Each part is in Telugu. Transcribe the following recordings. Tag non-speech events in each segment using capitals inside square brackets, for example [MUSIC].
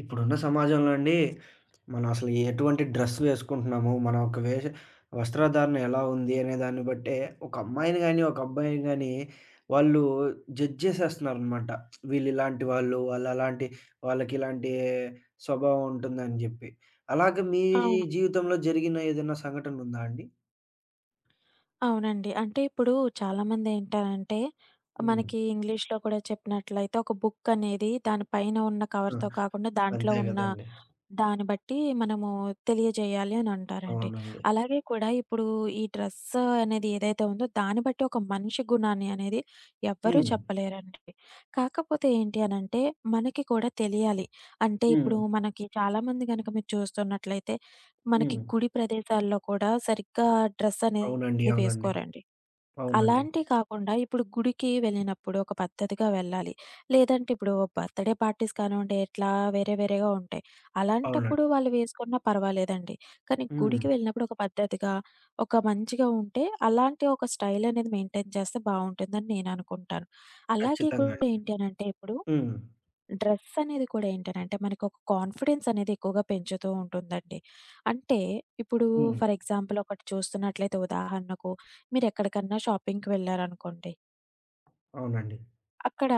ఇప్పుడున్న సమాజంలో అండి, మనం అసలు ఎటువంటి డ్రెస్ వేసుకుంటున్నాము, మన యొక్క వేష వస్త్రధారణ ఎలా ఉంది అనే దాన్ని బట్టే, ఒక అమ్మాయిని గాని, ఒక అబ్బాయిని గాని వాళ్ళు జడ్జ్ చేసేస్తున్నారనమాట. వీళ్ళిలాంటి వాళ్ళు, వాళ్ళలాంటి వాళ్ళకి ఇలాంటి స్వభావం ఉంటుందని జెప్పి. అలాగే మీ అవును. జీవితంలో జరిగిన ఏదైనా సంఘటన ఉందా అండి? అవునండి. అంటే ఇప్పుడు చాలామందేంటనంటే, హ్మ్. మనకి ఇంగ్లీష్‌లో కూడా చెప్పినట్లయితే ఒక బుక్ అనేది దాని పైన ఉన్న ఆ! కవర్‌తో కాకుండా దాంట్లో అంతే ఉన్న గదండీ! దాన్ని బట్టి మనము తెలియజేయాలి అని అంటారండి. అవునండి. అలాగే కూడా ఇప్పుడు ఈ డ్రెస్ అనేది ఏదైతే ఉందో దాన్ని బట్టి ఒక మనిషి గుణాన్ని అనేది ఎవ్వరూ హ్మ్. చెప్పలేరండి. కాకపోతే ఏంటి అనంటే మనకి కూడా తెలియాలి. అంటే హ్మ్. ఇప్పుడు మనకి చాలామంది గనక మీరు చూస్తున్నట్లయితే మనకి హ్మ్. గుడి ప్రదేశాల్లో కూడా సరిగ్గా అవునండి. డ్రెస్సనేది అవునండి. వేసుకోరండి. అవునండి. అలాంటియి కాకుండా ఇప్పుడు గుడికి వెళ్ళినప్పుడు ఒక పద్ధతిగా వెళ్ళాలి. లేదంటే ఇప్పుడు బర్త్‌డే పార్టీస్ కానివ్వండి, ఇట్లా వేరే వేరేగా ఉంటాయి. అవునండి. అలాంటప్పుడు వాళ్ళు వేసుకున్నా పర్వాలేదండి. కానీ హ్మ్. గుడికి వెళ్ళినప్పుడు ఒక పద్ధతిగా, ఒక మంచిగా ఉంటే అలాంటి ఒక స్టైలనేది మెయింటైన్ చేస్తే బావుంటుందని నేననుకుంటాను. అలాగే ఖచ్చితంగా కూడా అండి. ఏంటి అనంటే ఇప్పుడు హ్మ్. డ్రెస్ అనేది కూడా ఏంటనంటే మనకు ఒక కాన్ఫిడెన్స్ అనేది ఎక్కువగా పెంచుతూ ఉంటుందండి. అంటే ఇప్పుడు హ్మ్. ఫర్ ఎగ్జాంపుల్ ఒకటి చూస్తున్నట్లయితే ఉదాహరణకు మీరు ఎక్కడికన్నా షాపింగ్‌కి వెళ్లారనుకోండి. అవునండి. అక్కడ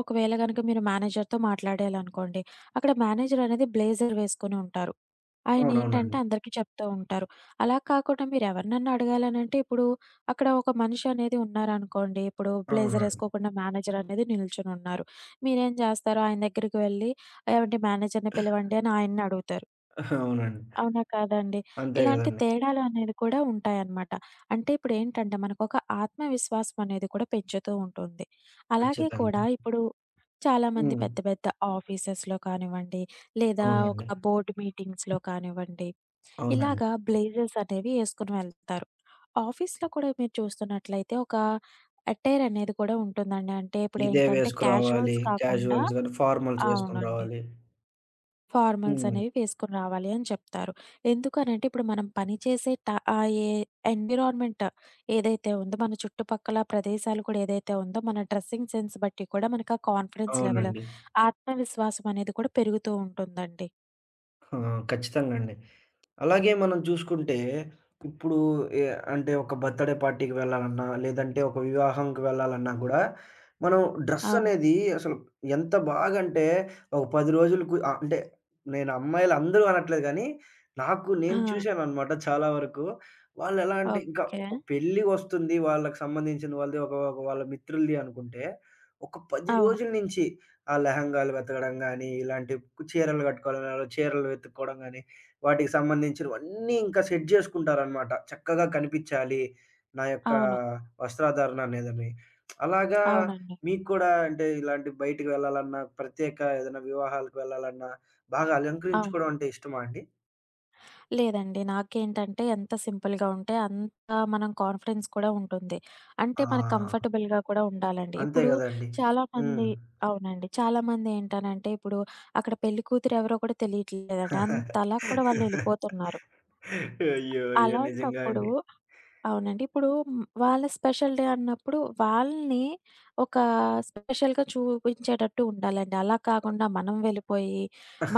ఒకవేళ గనక మీరు మేనేజర్‌తో మాట్లాడారనుకోండి. అక్కడ మేనేజర్ అనేది బ్లేజర్ వేసుకొని ఉంటారు. ఆయనేంటంటే అవునవునండి. అందరికీ చెప్తూ ఉంటారు. అలా కాకుండా మీరెవరినన్నా అడగాలనంటే ఇప్పుడు అక్కడ ఒక మనిషి అనేది ఉన్నారనుకోండి. ఇప్పుడు బ్లేజర్ అవునండి. ఏసుకోకుండా మేనేజర్ అనేది నిల్చొనున్నారు. మీరేం జేస్తారు? ఆయన దగ్గరికి వెళ్ళి "ఏవండి మేనేజర్‌ని పిలవండి" అని ఆయన్ని అడుగుతారు. అవునండి. అవునా? కాదండి. అంతే ఇలాంటి గదండీ. తేడాలు అనేది కూడా ఉంటాయన్నమాట. అంటే ఇప్పుడేంటంటే మనకొక ఆత్మవిశ్వాసం అనేది కూడా పెంచుతూ ఉంటుంది. అలాగే ఖచ్చితంగా. కూడా ఇప్పుడు చాలామంది హ్మ్. పెద్ద పెద్ద ఆఫీసెస్‌లో కానివ్వండి, లేదా ఒక అవునండి. బోర్డ్ మీటింగ్స్‌లో కానివ్వండి అవునండి. ఇలాగా బ్లేజర్స్ అనేవి ఏసుకొని వెళ్తారు. ఆఫీస్‌లో కూడా మీరు చూస్తున్నట్లయితే ఒక అటైర్ అనేది కూడా ఉంటుందండి. అంటే ఇదే ఇప్పుడేంటంటే వేసుకురావాలి. క్యాజువల్స్ కాకుండా క్యాజువల్స్ గాని, ఫార్మల్స్ వేసుకొని అవునండి. రావాలి. ఫార్మల్స్ హ్మ్. అనేవి వేసుకొని రావాలి అని చెప్తారు. ఎందుకనంటే ఇప్పుడు మనం పని చేసే ట ఆ ఏ ఎన్విరాన్మెంట్ ఏదైతే ఉందో మన చుట్టుపక్కల ప్రదేశాలు కూడా ఏదైతే ఉందో మన డ్రెస్సింగ్ సెన్స్ బట్టి కూడా మనకు ఆ కాన్ఫిడెన్స్ లెవెల్, అవునండి. ఆత్మవిశ్వాసం అనేది కూడా పెరుగుతూ ఉంటుందండి. ఆ! ఖచ్చితంగా అండి. అలాగే మనం చూసుకుంటే, ఇప్పుడు ఎ అంటే ఒక బర్త్‌డే పార్టీకి వెళ్ళాలన్నా, లేదంటే ఒక వివాహంకి వెళ్ళాలన్నా గూడా, మనం డ్రెస్ అవును. అనేది అసలు ఎంత బాగంటే, ఒక 10 రోజులకు అంటే నేను అమ్మాయిలు అందరూ అనట్లేదు గానీ, నాకు ఆ! నేను చూశాననమాట చాలా వరకు. వాళ్ళెలా అంటే, ఇంకా ఓకే. ఒక పెళ్లి వస్తుంది వాళ్ళకి సంబంధించిన వాళ్ళది, ఒక ఒక వాళ్ళ మిత్రులది అనుకుంటే, ఒక 10 అవును. రోజుల నుంచి ఆ లెహెంగాలు వెతకడం గానీ, ఇలాంటి చీరలు కట్టుకోవాలనో, చీరలు వెతుక్కోవడం గానీ, వాటికి సంబంధించినవన్నీ ఇంకా సెట్ జేసుకుంటారనమాట. చక్కగా కనిపిచ్చాలి. నా యొక్క అవును. వస్త్రధారణ అనేదని. అలాగా అవునండి. మీకు కూడా అంటే ఇలాంటి బయటికి వెళ్ళాలన్నా, ప్రత్యేక ఏదైనా వివాహాలకు వెళ్ళాలన్నా బాగా ఆ! అలంకరించుకోవడం అంటే ఇష్టమా అండి? లేదండి. నాకేంటంటే ఎంత సింపుల్‌గా ఉంటే అంత మనం కాన్ఫిడెన్స్ కూడా ఉంటుంది. అంటే మనకు ఆ! కంఫర్టబుల్‌గా కూడా ఉండాలండి. అంతే ఇప్పుడు గదండీ. హ్మ్. చాలామంది అవునండి. చాలామంది ఏంటనంటే ఇప్పుడు అక్కడ పెళ్ళికూతురు ఎవరో కూడా తెలియట్లేదండి. అంతలా కూడా వాళ్ళు [LAUGHS] ఎళ్ళిపోతున్నారు. అయ్యో! అయ్యో! నిజంగా అలాంటప్పుడు అండి. అవునండి. ఇప్పుడు వాళ్ళ స్పెషల్ డే అన్నప్పుడు వాళ్ళని ఒక స్పెషల్‌గా చూపించేటట్టు ఉండాలండి. అలా కాకుండా మనం వెళ్ళిపోయి,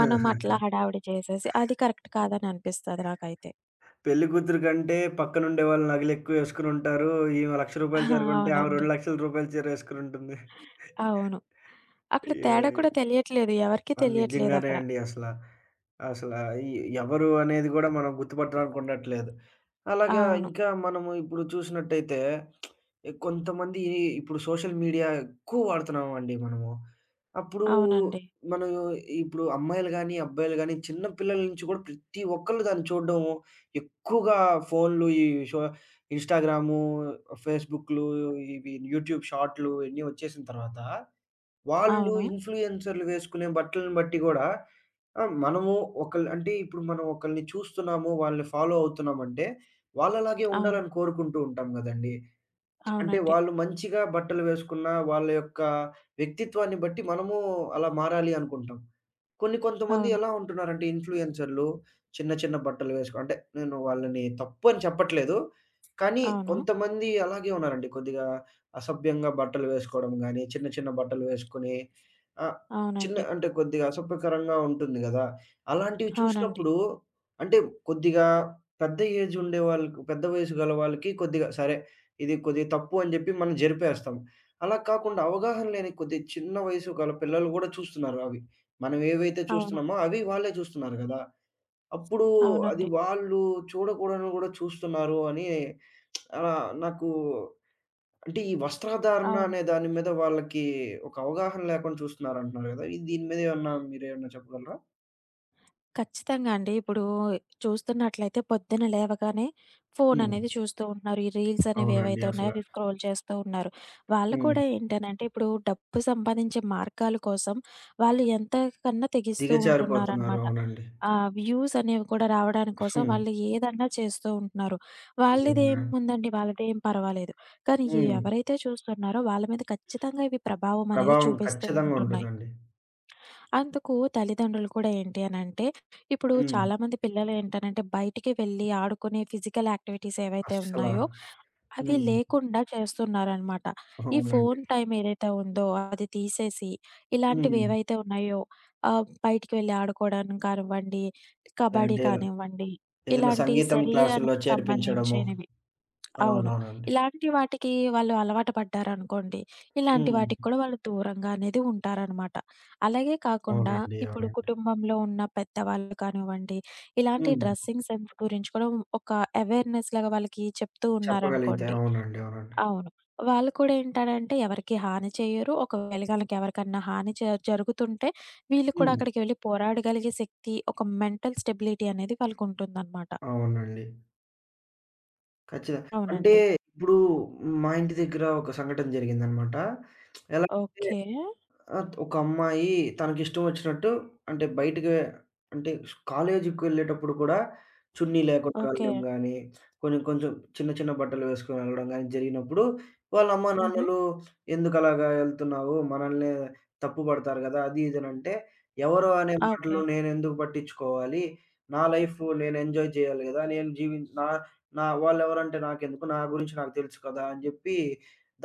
మనం అట్లా హడావిడి చేసేసి అది కరెక్ట్ కాదని అనిపిస్తది నాకైతే. పెళ్లి కూతురు కంటే పక్కనుండే వాళ్ళు నగలెక్కువ యేసుకొనుంటారు. ఈమె రూ. 1,00,000 అహా! చీర కొంటే ఆమె రూ. అవునండి. 2,00,000 రూపాయల చీర యేసుకొనుంటుంది. అవును. అక్కడ అయ్యో! తేడా అయ్యో! కూడా తెలియట్లేదు. ఎవరికీ ఆ! నిజంగానే తెలియట్లేదక్కడ. అండి అసల. అసల ఈ ఎవరు అనేది గూడా మనం గుర్తుపట్టడానికి ఉండట్లేదు. అలాగా అవును. ఇంకా మనము ఇప్పుడు చూసినట్టయితే కొంతమంది ఇప్పుడు సోషల్ మీడియా ఎక్కువ వాడుతున్నామండి మనము. అప్పుడు అవునండి. మనం ఇప్పుడు అమ్మాయిలు గాని, అబ్బాయిలు గాని చిన్న పిల్లల నుంచి గూడా ప్రతి ఒక్కళ్ళు దాన్ని చూడడం ఎక్కువగా ఫోన్‌లు ఈ షో ఇన్‌స్టాగ్రాము, ఫేస్‌బుక్‌లు ఇవి యూట్యూబ్ షార్ట్‌లు ఇవన్నీ వచ్చేసిన తర్వాత వాళ్ళు అవును. ఇన్‌ఫ్లుయెన్సర్‌లు వేసుకునే బట్టలను బట్టి గూడా మనము అంటే ఇప్పుడు మనం ఒకళ్ళని చూస్తున్నాము, వాళ్ళని ఫాలో అవుతున్నామంటే, వాళ్ళలాగే అవును. ఉండాలని కోరుకుంటూ ఉంటాం గదండీ! అంటే అవునండి. వాళ్ళు మంచిగా బట్టలు వేసుకున్న వాళ్ళ యొక్క వ్యక్తిత్వాన్ని బట్టి మనము అలా మారాలి అనుకుంటాం. కొంతమంది అవును. ఎలా ఉంటున్నారంటే ఇన్‌ఫ్లుయెన్సర్‌లు చిన్న చిన్న బట్టలు వేసుకో అంటే నేను వాళ్ళని తప్పు అని చెప్పట్లేదు. కానీ అవును. కొంతమంది అలాగే ఉన్నారండి. కొద్దిగా అసభ్యంగా బట్టలు వేసుకోవడం గాని, చిన్న చిన్న బట్టలు వేసుకొని ఆహ్, చిన్న అవునండి. అంటే కొద్దిగా అసభ్యకరంగా ఉంటుంది గదా! అలాంటివి అవునండి. చూసినప్పుడు అంటే కొద్దిగా పెద్ద వయసు గల వాళ్ళకి కొద్దిగా సరే ఇది కొద్దిగా తప్పు అని జెప్పి మనం జరిపేస్తాం. అలా కాకుండా అవగాహన లేని కొద్ది చిన్న వయసు గల పిల్లలు గూడా చూస్తున్నారు అవి. మనం ఏవైతే అవును. చూస్తున్నామో అవి వాళ్ళే చూస్తున్నారు గదా! అప్పుడు అది అవునండి. వాళ్ళు చూడకూడనివి గూడా చూస్తున్నారు అని అలా నాకు అంటే ఈ వస్త్రధారణ అవును. అనే దాని మీద వాళ్ళకి ఒక అవగాహన లేకుండా చూస్తున్నారంటున్నారు గదా! దీని మీద మీరేమన్నా చెప్పగలరా? ఖచ్చితంగా అండి. ఇప్పుడు చూస్తున్నట్లయితే పొద్దున లేవగానే ఫోన్ హ్మ్. అనేది చూస్తూ ఉంటున్నారు. ఈ రీల్స్ అనేవి అవునండి. ఏవైతే అసల. ఉన్నాయో అవి స్క్రోల్ చేస్తూ ఉన్నారు. వాళ్ళు హ్మ్. కూడా ఏంటనంటే ఇప్పుడు డబ్బు సంపాదించే మార్గాల కోసం వాళ్ళు ఎంత కన్నా తెగిస్తూ దిగజారిపోతున్నారు. ఉంటున్నారనమాట. అవునండి. వ్యూస్ అనేవి కూడా రావడానికి కోసం హ్మ్. వాళ్ళు ఏదన్నా చేస్తూ ఉంటున్నారు. నిజంగా అండి. వాళ్ళదేముందండి వాళ్ళదేం పర్వాలేదు. కానీ ఇవి హ్మ్. ఎవరైతే చూస్తున్నారో వాళ్ళ మీద ఖచ్చితంగా ఇవి ప్రభావం అనేది ప్రభావం చూపిస్తూ ఖచ్చితంగా ఉంటున్నాయి. ఉంటదండి. అందుకు తల్లిదండ్రులు కూడా ఏంటి అనంటే, ఇప్పుడు హ్మ్. చాలామంది పిల్లలేంటనంటే, బయటికి వెళ్ళి ఆడుకునే ఫిజికల్ యాక్టివిటీస్ ఏవైతే అస్సల. ఉన్నాయో, అవి హ్మ్. లేకుండా చేస్తున్నారనమాట. ఈ అవునండి. ఫోన్ టైం ఏదైతే ఉందో అది తీసేసి, ఇలాంటివి హ్మ్. ఏవైతే ఉన్నాయో బయటికి వెళ్ళి ఆడుకోవడం కానివ్వండి, కబడ్డీ అంటే కానివ్వండి, ఏదైనా ఇలాంటి సంగీతం క్లాసుల్లో శరీరానికి చేర్పించడము. సంబంధించినవి అవును. అవునవునండి. ఇలాంటి వాటికి వాళ్ళు అలవాటు పడ్డారనుకోండి, ఇలాంటి హ్మ్. వాటికి కూడా వాళ్ళు దూరంగా అనేది ఉంటారనమాట. అలాగే కాకుండా అవునండి. ఇప్పుడు అవునండి. కుటుంబంలో ఉన్న పెద్దవాళ్ళు కానివ్వండి, ఇలాంటి హ్మ్. డ్రెస్సింగ్ సెన్స్ గురించి కూడా ఒక అవేర్‌నెస్ లాగా వాళ్ళకి చెప్తూ చెప్పగలిగితే ఉన్నారనుకోండి అవునండి. అవునండి. అవును. వాళ్ళు కూడా ఏంటనంటే ఎవరికీ హాని చెయ్యరు. ఒకవేళ గనక ఎవరికన్నా హాని జరుగుతుంటే వీళ్ళు కూడా హ్మ్. అక్కడికి వెళ్లి పోరాడగలిగే శక్తి, ఒక మెంటల్ స్టెబిలిటీ అనేది వాళ్ళకుంటుందనమాట. అవునండి. ఖచ్చితంగా. అంటే అవునండి. ఇప్పుడు మా ఇంటి దగ్గర ఒక సంఘటన జరిగిందనమాట. ఎలా అంటే ఓకే. ఒక అమ్మాయి తనకిష్టం వచ్చినట్టు అంటే బయటికి అంటే కాలేజీకెళ్ళేటప్పుడు కూడా చున్నీ లేకుండా ఓకే. వెళ్ళడం గానీ, కొంచెం చిన్న చిన్న బట్టలు వేసుకొని వెళ్ళడం గానీ జరిగినప్పుడు, వాళ్ళ అమ్మా హుహు. నాన్నలు "ఎందుకలాగా ఎళ్తున్నావు? మనల్ని తప్పు పడతారు గదా!" అది ఇది అనంటే, "ఎవరు అనే ఓకే. మాటలు నేనెందుకు పట్టించుకోవాలి? నా లైఫ్ నేను ఎంజాయ్ చేయాలి గదా! నేను జీవించి నా నా వాళ్ళెవరంటే నాకెందుకు? నా గురించి నాకు తెలుసు కదా!" అని జెప్పి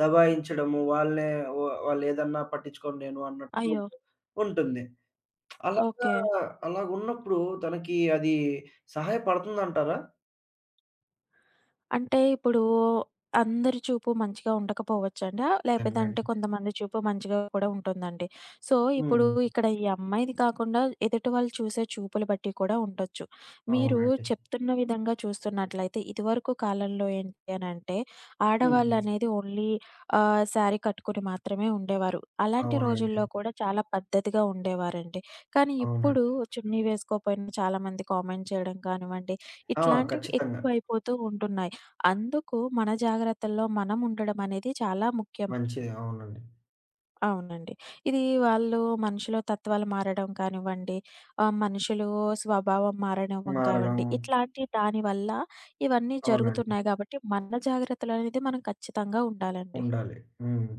దబాయించడము. వాళ్ళేదన్నా పట్టించుకోను నేను అన్నట్టు అయ్యో! ఉంటుంది. అలాగా ఓకే. అలాగున్నప్పుడు తనకి అది సహాయపడుతుందంటారా? అంటే ఇప్పుడు అందరి చూపు మంచిగా ఉండకపోవచ్చండి. నిజంగానే. లేపోదంటే కొంతమంది చూపు మంచిగా కూడా ఉంటుందండి. సో, ఇప్పుడు హ్మ్. ఇక్కడ ఈ అమ్మాయిది కాకుండా ఎదుటి వాళ్ళు చూసే చూపులు బట్టి కూడా ఉండొచ్చు. మీరు అవునండి. చెప్తున్న విధంగా చూస్తున్నట్లయితే ఇదివరకు కాలంలో ఏంటి అనంటే హ్మ్. ఆడవాళ్ళనేది ఓన్లీ శారీ కట్టుకొని మాత్రమే ఉండేవారు. అలాంటి అవునండి. రోజుల్లో కూడా చాలా పద్ధతిగా ఉండేవారండి. కానీ ఇప్పుడు అవునండి. చున్నీ వేసుకోపోయినా చాలామంది కామెంట్ చేయడం కానివ్వండి, ఆ! ఇట్లాంటివి ఖచ్చితంగా. ఎక్కువైపోతూ ఉంటున్నాయి. అందుకు మన జాగ్రత్తల్లో మనం ఉండడం అనేది చాలా ముఖ్యం. మంచిది. అవునండి. అవునండి. ఇది వాళ్ళు మనుషుల తత్వాలు మారడం కానివ్వండి, మనుషులు స్వభావం మారనివ్వం మారడం. కావండి. ఇట్లాంటి దాని వల్ల ఇవన్నీ అవునండి. జరుగుతున్నాయి గాబట్టి మన జాగ్రత్తలనేది మనం ఖచ్చితంగా ఉండాలండి. ఉండాలి. హ్మ్.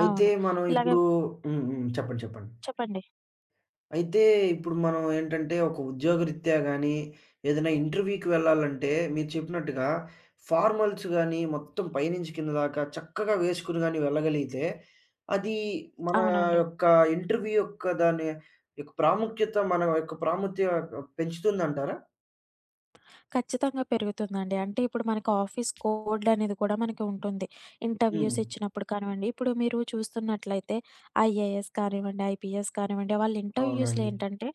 అయితే అవును. మనం ఇలాగే ఇప్పుడు హ్మ్. హ్మ్. చెప్పండి. చెప్పండి. చెప్పండి. అయితే ఇప్పుడు మనం ఏంటంటే ఒక ఉద్యోగరీత్యా గానీ, ఏదైనా ఇంటర్వ్యూకి వెళ్ళాలంటే మీరు చెప్పినట్టుగా ఫార్మల్స్ గానీ, మొత్తం పైనుంచి కింద దాకా చక్కగా వేసుకొని గానీ వెళ్ళగలిగితే, అది మన అవునండి. యొక్క ఇంటర్వ్యూ యొక్క దాని యొక్క ప్రాముఖ్యత మన యొక్క ప్రాముఖ్య పెంచుతుందంటారా? ఖచ్చితంగా పెరుగుతుందండి. అంటే ఇప్పుడు మనకి ఆఫీస్ కోడ్ అనేది కూడా మనకి ఉంటుంది. హ్మ్. ఇంటర్వ్యూస్ ఇచ్చినప్పుడు కానివ్వండి, ఇప్పుడు మీరు చూస్తున్నట్లయితే ఐఏఎస్ కానివ్వండి, ఐపీఎస్ కానివ్వండి, వాళ్ళ ఇంటర్వ్యూస్‌లో అవునండి. ఏంటంటే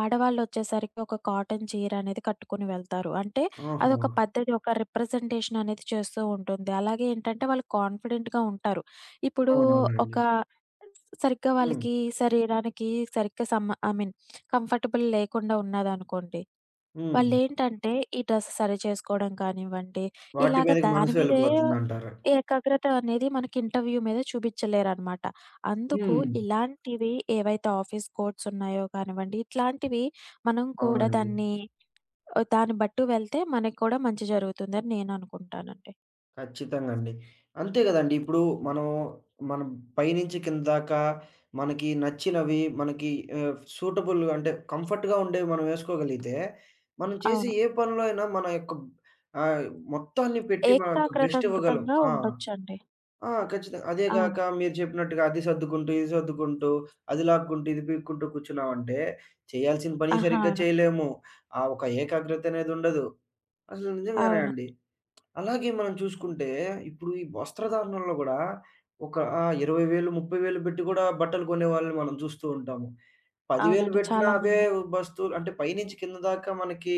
ఆడవాళ్ళొచ్చేసరికి ఒక కాటన్ చీర అనేది కట్టుకొని వెళ్తారు. అంటే ఆహా! అదొక పద్ధతి, ఒక రిప్రజెంటేషన్ అనేది చేస్తూ ఉంటుంది. అలాగే ఏంటంటే వాళ్ళు కాన్ఫిడెంట్‌గా ఉంటారు. ఇప్పుడు అవునవునండి. ఒక సరిగ్గా హ్మ్. వాళ్ళకి శరీరానికి సరిగ్గా సమ ఐ మీన్ కంఫర్టబుల్ లేకుండా ఉన్నదనుకోండి హ్మ్. వాళ్ళేంటంటే, ఈ డ్రెస్ సరి చేసుకోవడం కానివ్వండి, వాటి ఇలాగ మీదకి దాని మనసు మీదే వెళ్ళిపోతుందంటారు. ఏకాగ్రత అనేది మనకి ఇంటర్వ్యూ మీద చూపిచ్చలేరనమాట. అందుకు హ్మ్. ఇలాంటివి ఏవైతే ఆఫీస్ కోడ్స్ ఉన్నాయో కానివ్వండి, ఇట్లాంటివి మనం కూడా అవునండి. దాన్ని దాన్ని బట్టి వెళ్తే మనకి కూడా మంచి జరుగుతుందని నేననుకుంటానండి. ఖచ్చితంగా అండి. అంతే గదండీ! ఇప్పుడు మనం మనం పైనుంచి కింద దాకా నచ్చినవి మనకి సూటబుల్ అంటే కంఫర్ట్‌గా ఉండేవి మనం ఏసుకోగలిగితే, మనం చేసే అవును. ఏ పనిలో అయినా మన యొక్క ఆహ్, మొత్తాన్ని పెట్టి మన యొక్క బెస్ట్ ఇవ్వగలం. ఏకాగ్రతంగతంగా ఆ! ఉండొచ్చండి. ఆ! ఖచ్చితంగా. అదే గాక అవును. మీరు చెప్పినట్టుగా అది సర్దుకుంటూ, ఇది సర్దుకుంటూ, అది లాక్కుంటూ, ఇది పీక్కుంటూ కూర్చున్నామంటే చేయాల్సిన పని ఆహా! సరిగ్గా అవును. చేయలేము. ఆ ఒక ఏకాగ్రత అనేది ఉండదు. అసలు నిజంగానే అవును. అండి. అలాగే మనం చూసుకుంటే, ఇప్పుడు ఈ వస్త్రధారణలో గూడా ఒక ఆ! 20,000, 30,000 పెట్టి గూడా బట్టలు కొనేవాళ్ళని మనం చూస్తూ ఉంటాము. 10,000 అవునండి. పెట్టినా చాలా అవే మంది. బస్తులు అంటే పైనుంచి కింద దాకా మనకి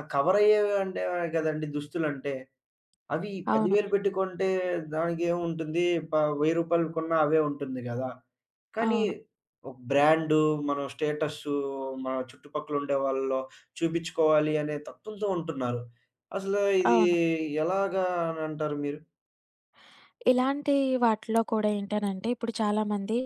కవర్ అయ్యేవి అంటే గదండీ దుస్తులంటే. అవి అవును. 10,000 పెట్టి కొంటే దానికేముంటుంది ప రూ. 1000 కొన్నా అవే ఉంటుంది గదా! కానీ అవును. ఒక బ్రాండు, మనం స్టేటస్సు, మన చుట్టుపక్కల ఉండేవాళ్ళలో చూపించుకోవాలి అనే తత్వంతో ఉంటున్నారు. అసలు ఇది అవును. ఎలాగా అని అంటారు మీరు? ఇలాంటి వాటిలో కూడా ఏంటనంటే, ఇప్పుడు చాలామంది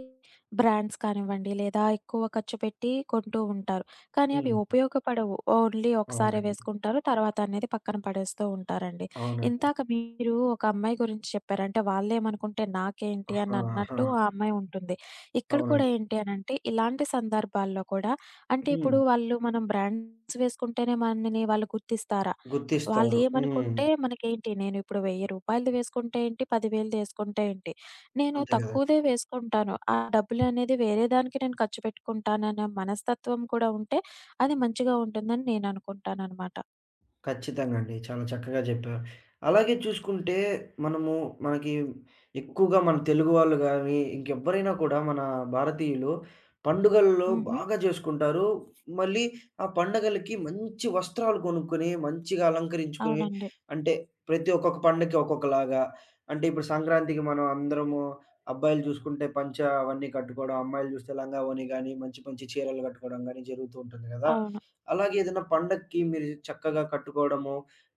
బ్రాండ్స్ కానివ్వండి, లేదా ఎక్కువ ఖర్చు పెట్టి కొంటూ ఉంటారు. కానీ అవి హ్మ్. ఉపయోగపడవు. ఓన్లీ ఒకసారే అవునండి. వేసుకుంటారు. తర్వాత అనేది పక్కన పడేస్తూ ఉంటారండి. అవునండి. ఇందాక మీరు ఒక అమ్మాయి గురించి చెప్పారు. అంటే వాళ్ళేమనుకుంటే నాకేంటి ఆహా! అని ఆహా! అన్నట్టు ఆ అమ్మాయి ఉంటుంది. ఇక్కడ కూడా అవునండి. ఏంటి అనంటే, ఇలాంటి సందర్భాల్లో కూడా అంటే హ్మ్. ఇప్పుడు వాళ్ళు మనం బ్రాండ్స్ వేసుకుంటేనే మనని వాళ్ళు గుర్తిస్తారా? గుర్తిస్తారు. హ్మ్. వాళ్ళేమనుకుంటే మనకేంటి నేనిప్పుడు రూ. 1000 వేసుకుంటే ఏంటి? 10,000 వేసుకుంటే ఏంటి? నేను అంతే గదా! తక్కువదే వేసుకుంటాను. ఆ డబ్బులనేది వేరే దానికి నేను ఖర్చు పెట్టుకుంటాననే మనస్తత్వం కూడా ఉంటే అది మంచిగా ఉంటుందని నేననుకుంటాననమాట. ఖచ్చితంగా అండి. చాలా చక్కగా చెప్పారు. అలాగే చూసుకుంటే మనము మనకి ఎక్కువగా మన తెలుగు వాళ్ళు గాని, ఇంకెవ్వరైనా కూడా మన భారతీయులు పండుగల్లో హుహు. బాగా జేసుకుంటారు. మళ్ళీ ఆ పండగలకి మంచి వస్త్రాలు కొనుక్కొని, మంచిగా అలంకరించుకొని అవునండి. అంటే ప్రతి ఒక్కొక్క పండగకి ఒక్కొక్కలాగా అంటే ఇప్పుడు సంక్రాంతికి మనం అందరము అబ్బాయిలు జూసుకుంటే పంచ అవన్నీ కట్టుకోవడం, అమ్మాయిలు జూస్తే లంగావోణి గాని, మంచి మంచి చీరలు గట్టుకోవడం గాని జరుగుతూ ఉంటుంది గదా! అవును. అలాగే ఏదైనా పండక్కి మీరు చక్కగా కట్టుకోవడము,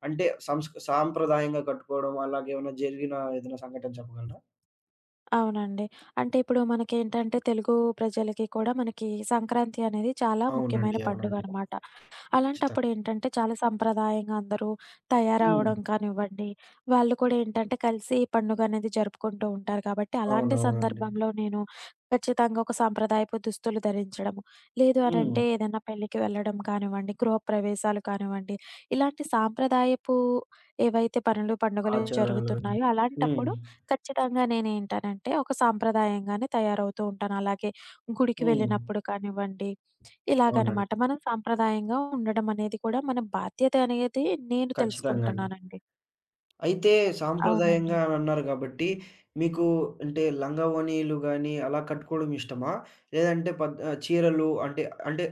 అంటే సాంప్రదాయంగా కట్టుకోవడం, అలాగేమన్నా జరిగిన ఏదైనా సంఘటన చెప్పగలరా? అవునండి. అంటే ఇప్పుడు మనకేంటంటే తెలుగు ప్రజలకి కూడా మనకి సంక్రాంతి అనేది చాలా అవునండి. ముఖ్యమైన అవునండి. పండుగనమాట. ఖచ్చితంగా. అలాంటప్పుడేంటంటే, చాలా సంప్రదాయంగా అందరూ హ్మ్. తయారవ్వడం కానివ్వండి, వాళ్ళు కూడా ఏంటంటే, కలిసి పండుగనేది జరుపుకుంటూ ఉంటారు కాబట్టి, అలాంటి అవునవునండి. సందర్భంలో నేను ఖచ్చితంగా ఒక సాంప్రదాయపు దుస్తులు ధరించడము, లేదు హ్మ్. అనంటే ఏదైనా పెళ్ళికి వెళ్ళడం కానివ్వండి, గృహప్రవేశాలు కానివ్వండి, ఇలాంటి సాంప్రదాయపు ఏవైతే పనులు, పండుగలు ఆచారాలు. గాని. జరుగుతున్నాయో హ్మ్. అలాంటప్పుడు ఖచ్చితంగా నేనేంటనంటే, ఒక సాంప్రదాయంగానే తయారవుతూ ఉంటాను. అలాగే గుడికి హ్మ్. వెళ్ళినప్పుడు కానివ్వండి ఇలాగనమాట. అవునండి. మనం సాంప్రదాయంగా ఉండడం అనేది కూడా మన బాధ్యత అనేది నేను ఖచ్చితంగా అండి. తెలుసుకుంటున్నానండి. అయితే అవునండి. సాంప్రదాయంగా అన్నారు గాబట్టి, మీకు అంటే లంగావోణీలు గాని, అలా కట్టుకోవడం ఇష్టమా? లేదంటే చీరలు అంటే అంటే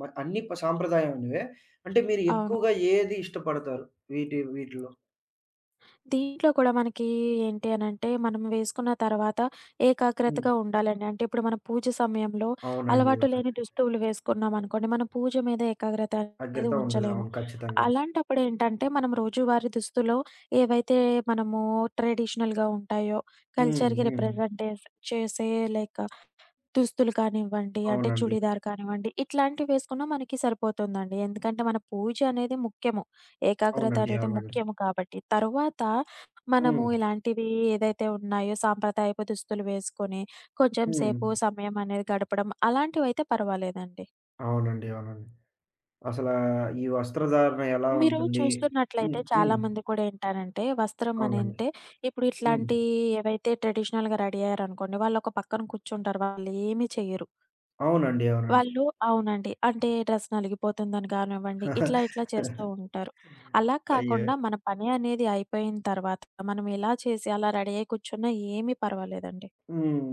మ అన్నీ ప సాంప్రదాయమైనవే. అంటే మీరు అవును. ఎక్కువగా ఏది ఇష్టపడతారు? వీటిలో? దీంట్లో కూడా మనకి ఏంటి అనంటే, మనం వేసుకున్న తర్వాత హ్మ్. ఏకాగ్రతగా ఉండాలండి. అంటే ఇప్పుడు మన పూజ సమయంలో అవునండి. అవునండి. అలవాటు లేని దుస్తువులు వేసుకున్నామనుకోండి, మన పూజ మీద ఏకాగ్రత అనేది అగ్రత ఉండదు. ఉంచలేము. అవును. ఖచ్చితంగా. అలాంటప్పుడు ఏంటంటే, మనం రోజువారీ దుస్తులో ఏవైతే మనము ట్రెడిషనల్‌గా ఉంటాయో, హ్మ్. కల్చర్‌కి హ్మ్. రిప్రజెంట్ చేసే లైక్ దుస్తులు కానివ్వండి, అంటే అవునండి. చుడీదార్ కానివ్వండి, ఇట్లాంటివి వేసుకున్నా మనకి సరిపోతుందండి. ఎందుకంటే మన పూజ అనేది ముఖ్యము. ఏకాగ్రత అవునండి. అనేది అవునండి. ముఖ్యము కాబట్టి. తరువాత మనము హ్మ్. ఇలాంటివి ఏదైతే ఉన్నాయో సాంప్రదాయపు దుస్తులు వేసుకొని కొంచెం హ్మ్. సేపు సమయం అనేది గడపడం అలాంటివైతే పర్వాలేదండి. అవునండి. అవునండి. అసలా ఈ వస్త్రధారణ ఎలా మీరు ఉంటుంది? హ్మ్. చూస్తున్నట్లయితే హ్మ్. చాలామంది కూడా ఏంటనంటే వస్త్రం అని అవునండి. అంటే ఇప్పుడు హ్మ్. ఇట్లాంటి ఏవైతే ట్రెడిషనల్‌గా రెడీ అయ్యారనుకోండి, వాళ్ళొక పక్కన కూర్చుంటారు. వాళ్ళేమి చెయ్యరు. అవునండి. అవునండి. వాళ్ళు అవునండి. అంటే డ్రెస్ నలిగిపోతుందని గానివ్వండి, ఇట్లా ఇట్లా చేస్తూ ఉంటారు. అలా అయ్యో! కాకుండా మన పని అనేది అయిపోయిన తర్వాత మనం ఇలా చేసి అలా రెడీ అయ్యి కూర్చున్నా ఏమీ పర్వాలేదండి. హ్మ్.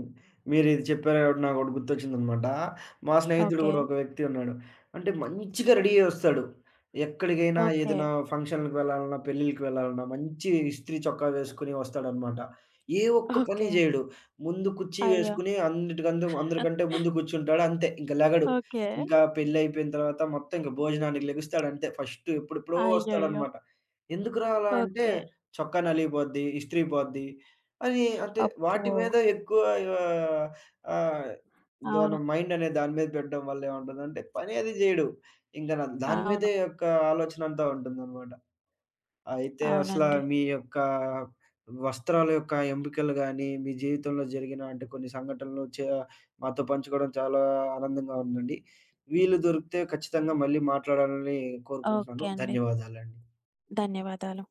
మీరిది చెప్పారు కాబట్టి నాకొకటి గుర్తొచ్చిందనమాట. మా స్నేహితుడు ఓకే. గూడా ఒక వ్యక్తి ఉన్నాడు. అంటే మంచిగా రెడీ అయ్యి వస్తాడు. ఎక్కడికైనా ఓకే. ఏదైనా ఫంక్షన్‌లకి వెళ్ళాలన్నా, పెళ్ళిళ్ళకి వెళ్ళాలన్నా మంచి ఇస్త్రీ చొక్కా వేసుకొని వస్తాడనమాట. ఏ ఒక్క పని ఓకే. జేయడు. ముందు కుర్చీ అయ్యో! వేసుకొని అన్నిటికందు అందరికంటే ముందు కూర్చుంటాడు అంతే. ఇంక లెగడు. ఓకే. ఇంకా పెళ్లయిపోయిన తర్వాత మొత్తం ఇంక భోజనానికి లెగుస్తాడంతే. ఫస్ట్ ఎప్పుడెప్పుడో అయ్యయ్యో! వస్తాడనమాట. ఎందుకురా అలా అంటే, ఓకే. చొక్కా నలిగిపోద్ది, ఇస్త్రీ పోద్ది. అని అంటే అబ్బో! వాటి మీద ఎక్కువ ఆహ్, అవును. మన మైండ్ అనే దాని మీద పెట్టడం వల్ల ఏముంటదంటే పని అది చేయడు. ఇంక నా దాని అవును. మీదే యొక్క ఆలోచన అంతా ఉంటుందనమాట. అయితే అసల అవునండి. మీ యొక్క వస్త్రాల యొక్క ఎంపికలు గాని, మీ జీవితంలో జరిగిన అంటే కొన్ని సంఘటనలు మాతో పంచుకోవడం చాలా ఆనందంగా ఉందండి. వీలు దొరికితే ఖచ్చితంగా మళ్ళీ మాట్లాడాలని కోరుకుంటున్నాను. ఓకే అండి. ధన్యవాదాలండి. ధన్యవాదాలు.